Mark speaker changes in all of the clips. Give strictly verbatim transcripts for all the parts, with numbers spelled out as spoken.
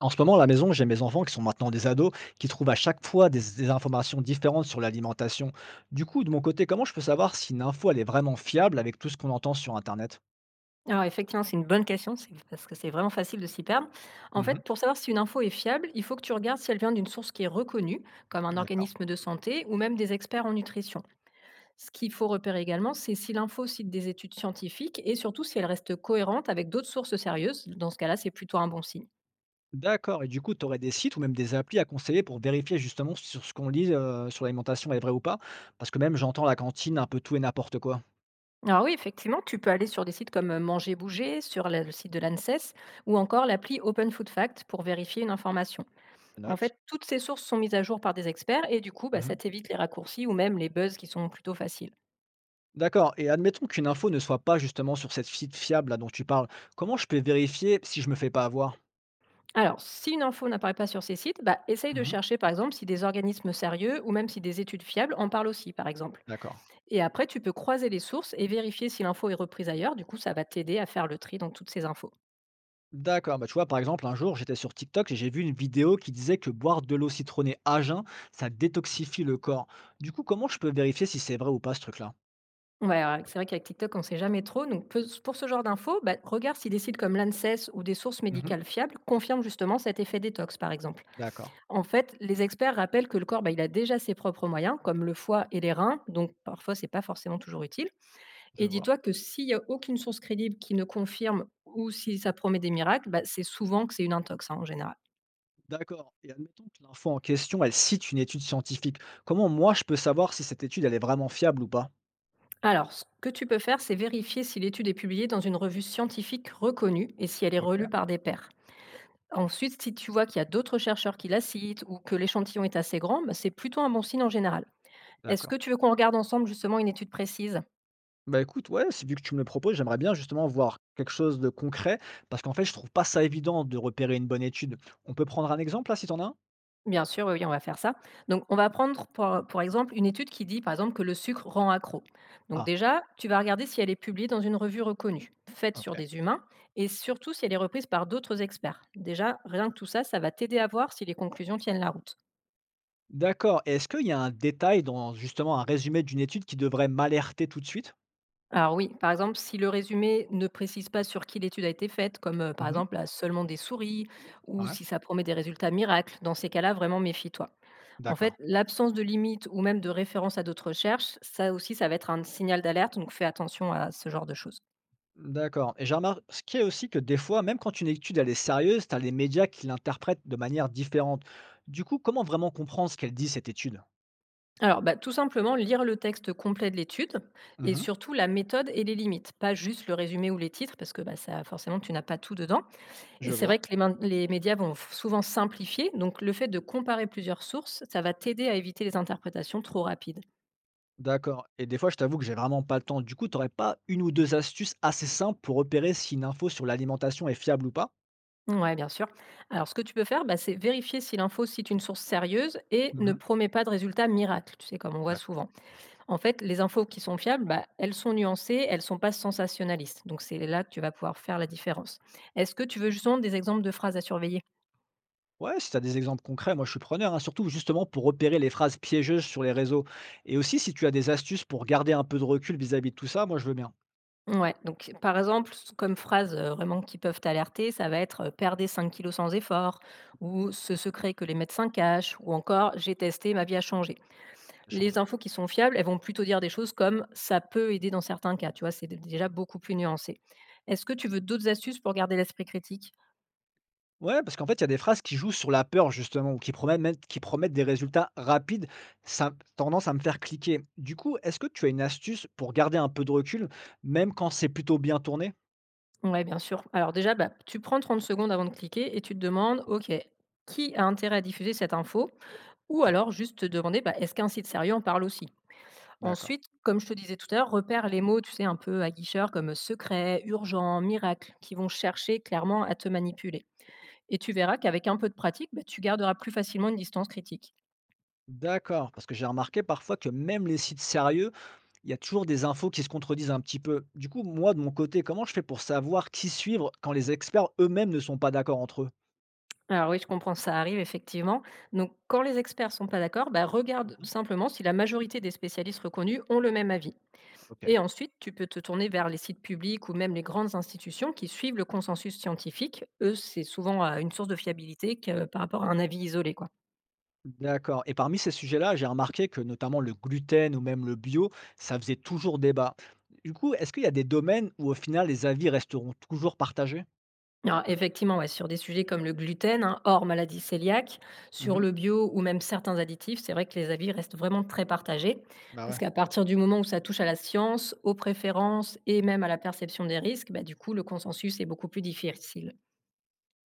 Speaker 1: En ce moment, à la maison, j'ai mes enfants qui sont maintenant des ados, qui trouvent à chaque fois des, des informations différentes sur l'alimentation. Du coup, de mon côté, comment je peux savoir si une info elle est vraiment fiable avec tout ce qu'on entend sur Internet?
Speaker 2: Alors effectivement, c'est une bonne question, c'est parce que c'est vraiment facile de s'y perdre. En
Speaker 1: Mhm.
Speaker 2: fait, pour savoir si une info est fiable, il faut que tu regardes si elle vient d'une source qui est reconnue, comme un
Speaker 1: D'accord.
Speaker 2: organisme de santé ou même des experts en nutrition. Ce qu'il faut repérer également, c'est si l'info cite des études scientifiques et surtout si elle reste cohérente avec d'autres sources sérieuses. Dans ce cas-là, c'est plutôt un bon signe.
Speaker 1: D'accord. Et du coup, tu aurais des sites ou même des applis à conseiller pour vérifier justement sur ce qu'on lit euh, sur l'alimentation est vrai ou pas? Parce que même j'entends à la cantine un peu tout et n'importe quoi.
Speaker 2: Alors oui, effectivement, tu peux aller sur des sites comme euh, Manger Bouger, sur la- le site de l'A N S E S ou encore l'appli Open Food Fact pour vérifier une information.
Speaker 1: Je
Speaker 2: En
Speaker 1: note.
Speaker 2: fait, toutes ces sources sont mises à jour par des experts et du coup, bah, ça
Speaker 1: Mhm.
Speaker 2: t'évite les raccourcis ou même les buzz qui sont plutôt faciles.
Speaker 1: D'accord. Et admettons qu'une info ne soit pas justement sur cette site fiable là dont tu parles. Comment je peux vérifier si je me fais pas avoir?
Speaker 2: Alors, si une info n'apparaît pas sur ces sites, bah, essaye de
Speaker 1: Mhm.
Speaker 2: chercher par exemple si des organismes sérieux ou même si des études fiables en parlent aussi, par exemple.
Speaker 1: D'accord.
Speaker 2: Et après, tu peux croiser les sources et vérifier si l'info est reprise ailleurs. Du coup, ça va t'aider à faire le tri dans toutes ces infos.
Speaker 1: D'accord, bah, tu vois, par exemple, un jour, j'étais sur TikTok et j'ai vu une vidéo qui disait que boire de l'eau citronnée à jeun, ça détoxifie le corps. Du coup, comment je peux vérifier si c'est vrai ou pas ce truc-là?
Speaker 2: Ouais, ouais, c'est vrai qu'avec TikTok, on ne sait jamais trop. Donc, peu- pour ce genre d'infos, bah, regarde si des sites comme l'A N S E S ou des sources
Speaker 1: Mhm.
Speaker 2: médicales fiables confirment justement cet effet détox, par exemple.
Speaker 1: D'accord,
Speaker 2: En fait, les experts rappellent que le corps, bah, il a déjà ses propres moyens, comme le foie et les reins, donc parfois c'est pas forcément toujours utile.
Speaker 1: je
Speaker 2: Et
Speaker 1: vois.
Speaker 2: dis-toi que s'il n'y a aucune source crédible qui ne confirme ou si ça promet des miracles, bah, c'est souvent que c'est une intox hein, en général.
Speaker 1: D'accord. Et admettons que l'info en question, elle cite une étude scientifique. Comment moi je peux savoir si cette étude, elle est vraiment fiable ou pas?
Speaker 2: Alors, ce que tu peux faire, c'est vérifier si l'étude est publiée dans une revue scientifique reconnue et si elle est relue
Speaker 1: Ok.
Speaker 2: par des pairs. Ensuite, si tu vois qu'il y a d'autres chercheurs qui la citent ou que l'échantillon est assez grand, bah, c'est plutôt un bon signe en général. Est-ce que
Speaker 1: D'accord.
Speaker 2: tu veux qu'on regarde ensemble justement une étude précise?
Speaker 1: Bah écoute, ouais, c'est vu que tu me le proposes, j'aimerais bien justement voir quelque chose de concret, parce qu'en fait, je trouve pas ça évident de repérer une bonne étude. On peut prendre un exemple là, si t'en as un?
Speaker 2: Bien sûr, oui, oui, on va faire ça. Donc, on va prendre pour pour exemple une étude qui dit, par exemple, que le sucre rend accro. Donc
Speaker 1: Ah.
Speaker 2: déjà, tu vas regarder si elle est publiée dans une revue reconnue, faite
Speaker 1: Ok.
Speaker 2: sur des humains, et surtout si elle est reprise par d'autres experts. Déjà, rien que tout ça, ça va t'aider à voir si les conclusions tiennent la route.
Speaker 1: D'accord et est-ce qu'il y a un détail dans justement un résumé d'une étude qui devrait m'alerter tout de suite?
Speaker 2: Alors oui, par exemple, si le résumé ne précise pas sur qui l'étude a été faite, comme euh, par
Speaker 1: Mmh.
Speaker 2: exemple à seulement des souris, ou
Speaker 1: Ouais,
Speaker 2: si ça promet des résultats miracles, dans ces cas-là, vraiment méfie-toi. En fait,
Speaker 1: d'accord.
Speaker 2: l'absence de limite ou même de référence à d'autres recherches, ça aussi, ça va être un signal d'alerte, donc fais attention à ce genre de choses.
Speaker 1: D'accord et j'ai remarqué aussi que des fois, même quand une étude elle est sérieuse, tu as les médias qui l'interprètent de manière différente. Du coup, comment vraiment comprendre ce qu'elle dit cette étude?
Speaker 2: Alors, bah, tout simplement, lire le texte complet de l'étude et
Speaker 1: Mmh.
Speaker 2: surtout la méthode et les limites, pas juste le résumé ou les titres, parce que bah, ça, forcément, tu n'as pas tout dedans.
Speaker 1: Je
Speaker 2: Et c'est
Speaker 1: vois.
Speaker 2: vrai que les, main- les médias vont f- souvent simplifier, donc le fait de comparer plusieurs sources, ça va t'aider à éviter les interprétations trop rapides.
Speaker 1: D'accord et des fois, je t'avoue que j'ai vraiment pas le temps. Du coup, tu aurais pas une ou deux astuces assez simples pour repérer si une info sur l'alimentation est fiable ou pas?
Speaker 2: Ouais, bien sûr. Alors, ce que tu peux faire, bah, c'est vérifier si l'info cite une source sérieuse et ne
Speaker 1: Mmh.
Speaker 2: promet pas de résultats miracles, tu sais, comme on voit
Speaker 1: D'accord.
Speaker 2: souvent. En fait, les infos qui sont fiables, bah, elles sont nuancées, elles sont pas sensationnalistes. Donc c'est là que tu vas pouvoir faire la différence. Est-ce que tu veux justement des exemples de phrases à surveiller?
Speaker 1: Ouais, si tu as des exemples concrets, moi je suis preneur, hein, surtout justement pour repérer les phrases piégeuses sur les réseaux. Et aussi, si tu as des astuces pour garder un peu de recul vis-à-vis de tout ça, moi je veux bien
Speaker 2: Ouais, donc par exemple, s- comme phrases euh, vraiment qui peuvent t'alerter, ça va être euh, «Perdez cinq kilos sans effort» ou «Ce secret que les médecins cachent» ou encore «J'ai testé, ma vie a changé». Les
Speaker 1: échanger.
Speaker 2: infos qui sont fiables, elles vont plutôt dire des choses comme «Ça peut aider dans certains cas», tu vois, c'est d- déjà beaucoup plus nuancé. Est-ce que tu veux d'autres astuces pour garder l'esprit critique?
Speaker 1: Ouais, parce qu'en fait, il y a des phrases qui jouent sur la peur, justement, ou qui promettent, même- qui promettent des résultats rapides, ça a tendance à me faire cliquer. Du coup, est-ce que tu as une astuce pour garder un peu de recul, même quand c'est plutôt bien tourné?
Speaker 2: Ouais, bien sûr. Alors déjà, bah, tu prends trente secondes avant de cliquer et tu te demandes, OK, qui a intérêt à diffuser cette info? Ou
Speaker 1: Ok,
Speaker 2: alors juste te demander, bah, est-ce qu'un site sérieux en parle aussi?
Speaker 1: d'accord.
Speaker 2: Ensuite, comme je te disais tout à l'heure, repère les mots, tu sais, un peu aguicheurs comme secret, urgent, miracle, qui vont chercher clairement à te manipuler. Et tu verras qu'avec un peu de pratique, bah, tu garderas plus facilement une distance critique.
Speaker 1: D'accord, parce que j'ai remarqué parfois que même les sites sérieux, il y a toujours des infos qui se contredisent un petit peu. Du coup, moi, de mon côté, comment je fais pour savoir qui suivre quand les experts eux-mêmes ne sont pas d'accord entre eux?
Speaker 2: Alors oui, je comprends, ça arrive effectivement. Donc quand les experts sont pas d'accord, bah, regarde
Speaker 1: Mmh.
Speaker 2: simplement si la majorité des spécialistes reconnus ont le même avis.
Speaker 1: OK.
Speaker 2: Et ensuite, tu peux te tourner vers les sites publics ou même les grandes institutions qui suivent le consensus scientifique. Eux, c'est souvent euh, une source de fiabilité que, par rapport à un avis isolé. Quoi.
Speaker 1: D'accord et parmi ces sujets-là, j'ai remarqué que notamment le gluten ou même le bio, ça faisait toujours débat. Du coup, est-ce qu'il y a des domaines où au final les avis resteront toujours partagés?
Speaker 2: Alors, effectivement, ouais, sur des sujets comme le gluten, hein, hors maladie cœliaque, sur
Speaker 1: Mmh.
Speaker 2: le bio ou même certains additifs, c'est vrai que les avis restent vraiment très partagés.
Speaker 1: Bah,
Speaker 2: Parce
Speaker 1: ouais.
Speaker 2: qu'à partir du moment où ça touche à la science, aux préférences et même à la perception des risques, bah, du coup, le consensus est beaucoup plus difficile.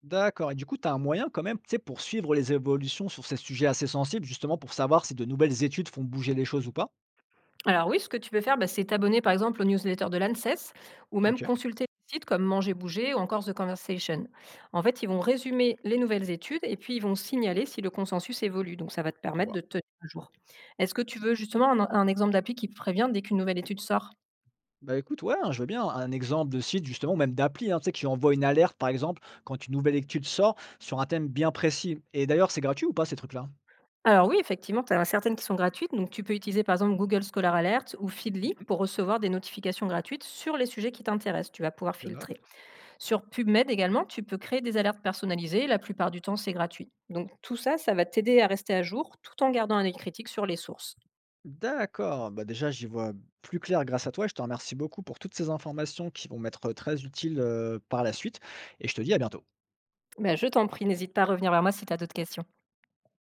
Speaker 1: D'accord et du coup, tu as un moyen quand même, tu sais, pour suivre les évolutions sur ces sujets assez sensibles, justement pour savoir si de nouvelles études font bouger les choses ou pas?
Speaker 2: Alors oui, ce que tu peux faire, bah, c'est t'abonner par exemple aux newsletters de l'A N S E S ou même
Speaker 1: OK.
Speaker 2: consulter des sites comme Manger Bouger ou encore The Conversation. En fait, ils vont résumer les nouvelles études et puis ils vont signaler si le consensus évolue. Donc ça va te permettre
Speaker 1: Ouais.
Speaker 2: de te tenir à jour. Est-ce que tu veux justement un, un exemple d'appli qui te prévient dès qu'une nouvelle étude sort?
Speaker 1: Bah, écoute, ouais, hein, je veux bien un exemple de site justement ou même d'appli, hein, tu sais, qui envoie une alerte par exemple quand une nouvelle étude sort sur un thème bien précis. Et d'ailleurs, c'est gratuit ou pas ces trucs-là?
Speaker 2: Alors oui, effectivement, tu as certaines qui sont gratuites. Donc tu peux utiliser par exemple Google Scholar Alert ou Feedly
Speaker 1: Mmh.
Speaker 2: pour recevoir des notifications gratuites sur les sujets qui t'intéressent. Tu vas pouvoir
Speaker 1: Je note.
Speaker 2: filtrer. Sur PubMed également, tu peux créer des alertes personnalisées, la plupart du temps c'est gratuit. Donc tout ça, ça va t'aider à rester à jour tout en gardant un œil critique sur les sources.
Speaker 1: D'accord, bah, déjà j'y vois plus clair grâce à toi, et je te remercie beaucoup pour toutes ces informations qui vont m'être très utiles, heu, par la suite, et je te dis à bientôt.
Speaker 2: Ben, je t'en prie, n'hésite pas à revenir vers moi si tu as d'autres questions.